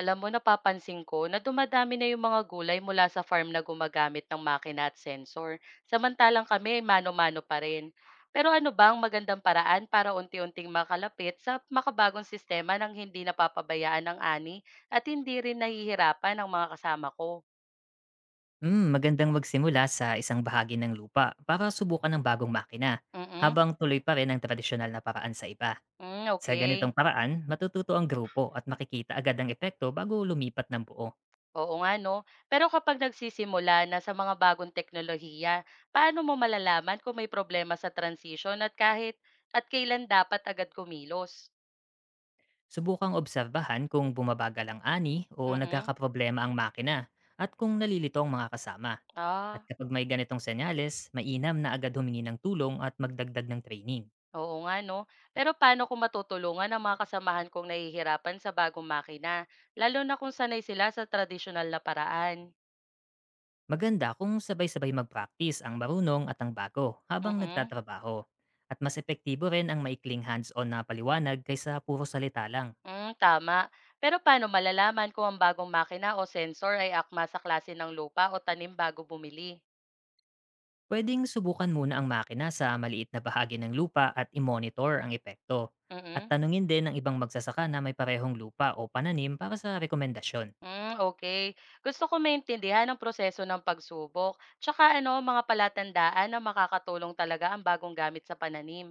Alam mo, napapansin ko na dumadami na yung mga gulay mula sa farm na gumagamit ng makina at sensor. Samantalang kami, mano-mano pa rin. Pero ano ba ang magandang paraan para unti-unting makalapit sa makabagong sistema nang hindi napapabayaan ng ani at hindi rin nahihirapan ang mga kasama ko? Hmm, magandang magsimula sa isang bahagi ng lupa para subukan ng bagong makina, Mm-mm. habang tuloy pa rin ang tradisyonal na paraan sa iba. Mm, Sa ganitong okay. paraan, matututo ang grupo at makikita agad ang epekto bago lumipat ng buo. Oo nga, no? Pero kapag nagsisimula na sa mga bagong teknolohiya, paano mo malalaman kung may problema sa transition at at kailan dapat agad kumilos? Subukang obserbahan kung bumabagal ang ani o Mm. nagkakaproblema ang makina at kung nalilito ang mga kasama. At Ah, kapag may ganitong senyales, mainam na agad humingi ng tulong at magdagdag ng training. oo nga 'no. Pero paano ko matutulungan ang mga kasamahan kong nahihirapan sa bagong makina, lalo na kung sanay sila sa tradisyonal na paraan? Maganda kung sabay-sabay mag-practice ang marunong at ang bago habang Mm. nagtatrabaho. At mas epektibo rin ang maikling hands-on na paliwanag kaysa puro salita lang. Mm, tama. Pero paano malalaman kung ang bagong makina o sensor ay akma sa klase ng lupa o tanim bago bumili? Pwedeng subukan muna ang makina sa maliit na bahagi ng lupa at i-monitor ang epekto. At Mm. tanungin din ang ibang magsasaka na may parehong lupa o pananim para sa rekomendasyon. Mm, okay. Gusto ko maintindihan ang proseso ng pagsubok, tsaka ano, mga palatandaan na makakatulong talaga ang bagong gamit sa pananim.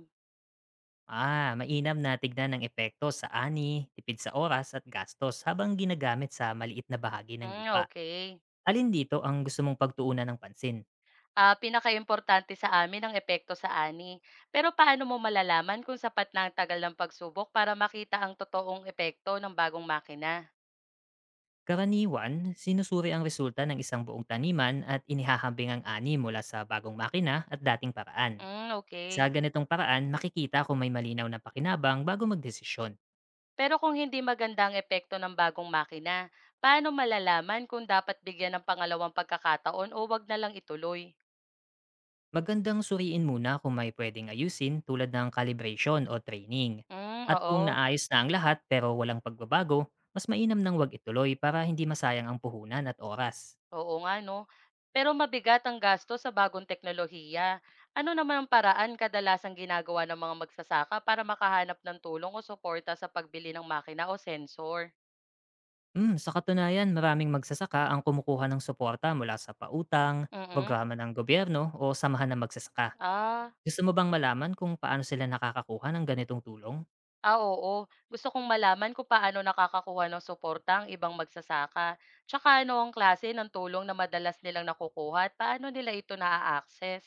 Ah, mainam na tignan ang epekto sa ani, tipid sa oras at gastos habang ginagamit sa maliit na bahagi ng Mm, lupa. okay. Alin dito ang gusto mong pagtuunan ng pansin? Ah, pinakaimportante sa amin ang epekto sa ani. Pero paano mo malalaman kung sapat na ang tagal ng pagsubok para makita ang totoong epekto ng bagong makina? Karaniwan, sinusuri ang resulta ng isang buong taniman at inihahambing ang ani mula sa bagong makina at dating paraan. Mm, Sa okay. ganitong paraan, makikita kung may malinaw na pakinabang bago magdesisyon. Pero kung hindi maganda ang epekto ng bagong makina, paano malalaman kung dapat bigyan ng pangalawang pagkakataon o wag na lang ituloy? Magandang suriin muna kung may pwedeng ayusin tulad ng calibration o training. Mm, At kung oo. naayos na ang lahat pero walang pagbabago, mas mainam nang wag ituloy para hindi masayang ang puhunan at oras. Oo nga 'no. Pero mabigat ang gasto sa bagong teknolohiya. Ano naman ang paraan kadalasang ginagawa ng mga magsasaka para makahanap ng tulong o suporta sa pagbili ng makina o sensor? Mm, sa katunayan, maraming magsasaka ang kumukuha ng suporta mula sa pautang, Mm. programa ng gobyerno o samahan ng magsasaka. Ah, Gusto mo bang malaman kung paano sila nakakakuha ng ganitong tulong? ah, oo. Gusto kong malaman kung paano nakakakuha ng suporta ang ibang magsasaka. Tsaka ano ang klase ng tulong na madalas nilang nakukuha at paano nila ito naa-access?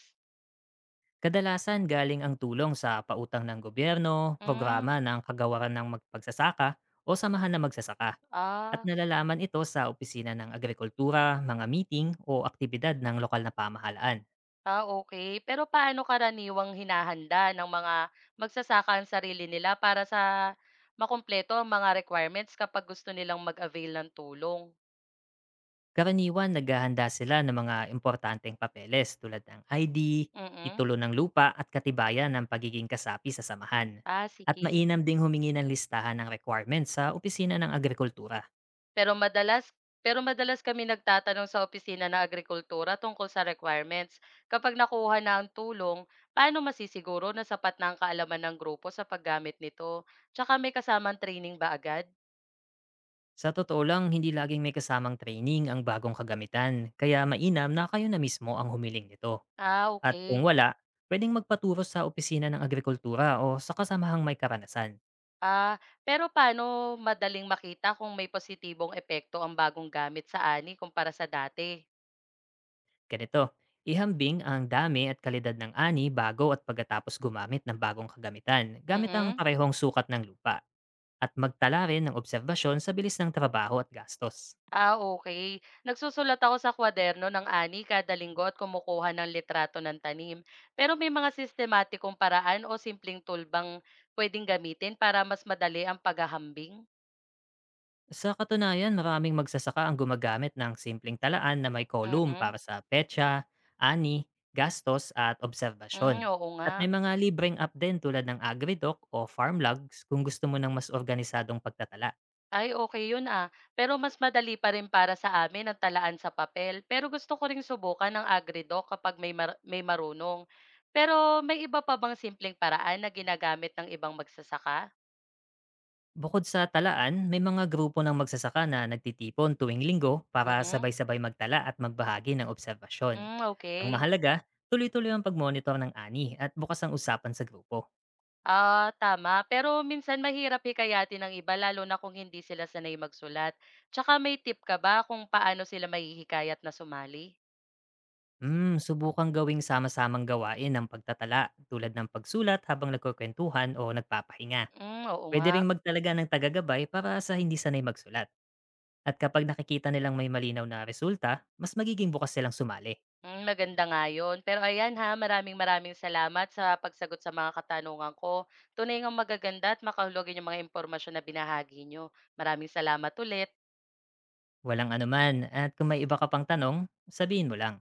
Kadalasan galing ang tulong sa pautang ng gobyerno, programa Hmm, ng kagawaran ng magpagsasaka o samahan ng magsasaka. At ah. nalalaman ito sa opisina ng agrikultura, mga meeting o aktibidad ng lokal na pamahalaan. Ah, okay. Pero paano karaniwang hinahanda ng mga magsasaka ang sarili nila para sa makumpleto ang mga requirements kapag gusto nilang mag-avail ng tulong? Karaniwan naghahanda sila ng mga importanteng papeles tulad ng ID, Mm. titulo ng lupa at katibayan ng pagiging kasapi sa samahan. Ah, At sige. mainam ding humingi ng listahan ng requirements sa opisina ng agrikultura. Pero madalas pero madalas kami nagtatanong sa opisina ng agrikultura tungkol sa requirements. Kapag nakuha na ang tulong, paano masisiguro na sapat na ang kaalaman ng grupo sa paggamit nito? Tsaka may kasamang training ba agad? Sa totoo lang, hindi laging may kasamang training ang bagong kagamitan, kaya mainam na kayo na mismo ang humiling nito. Ah, At kung okay. wala, pwedeng magpaturo sa opisina ng agrikultura o sa kasamahang may karanasan. Ah, pero paano madaling makita kung may positibong epekto ang bagong gamit sa ani kumpara sa dati? Ganito, ihambing ang dami at kalidad ng ani bago at pagkatapos gumamit ng bagong kagamitan gamit ang Mm. parehong sukat ng lupa at magtala rin ng obserbasyon sa bilis ng trabaho at gastos. Ah, okey. Nagsusulat ako sa kwaderno ng ani kada linggo at kumukuha ng litrato ng tanim. Pero may mga sistematikong paraan o simpleng tool bang pwedeng gamitin para mas madali ang paghahambing? Sa katunayan, maraming magsasaka ang gumagamit ng simpleng talaan na may column para Mm. sa petsa, ani, gastos at Hmm, obserbasyon. oo At nga. may mga libreng app din tulad ng AgriDoc o Farmlogs kung gusto mo ng mas organisadong pagtatala. Ay okay 'yun, ah, pero mas madali pa rin para sa amin ang talaan sa papel, pero gusto ko ring subukan ng AgriDoc kapag may marunong. Pero may iba pa bang simpleng paraan na ginagamit ng ibang magsasaka? Bukod sa talaan, may mga grupo ng magsasaka na nagtitipon tuwing linggo para Mm, sabay-sabay magtala at magbahagi ng obserbasyon. hmm, Ang okay. mahalaga, tuloy-tuloy ang pagmonitor ng ani at bukas ang usapan sa grupo. Ah, tama, pero minsan mahirap hikayatin ng iba lalo na kung hindi sila sanay magsulat. Tsaka may tip ka ba kung paano sila mahihikayat na sumali? Hmm, subukang gawing sama-samang gawain ng pagtatala tulad ng pagsulat habang nagkukwentuhan o nagpapahinga. Hmm, oo Pwede nga. ring magtalaga ng tagagabay para sa hindi sanay magsulat. At kapag nakikita nilang may malinaw na resulta, mas magiging bukas silang sumali. Hmm, maganda nga yun. Pero ayan ha, maraming maraming salamat sa pagsagot sa mga katanungan ko. Tunay ngang magaganda at makahulugan yung mga impormasyon na binahagi nyo. Maraming salamat ulit. Walang anuman at kung may iba ka pang tanong, sabihin mo lang.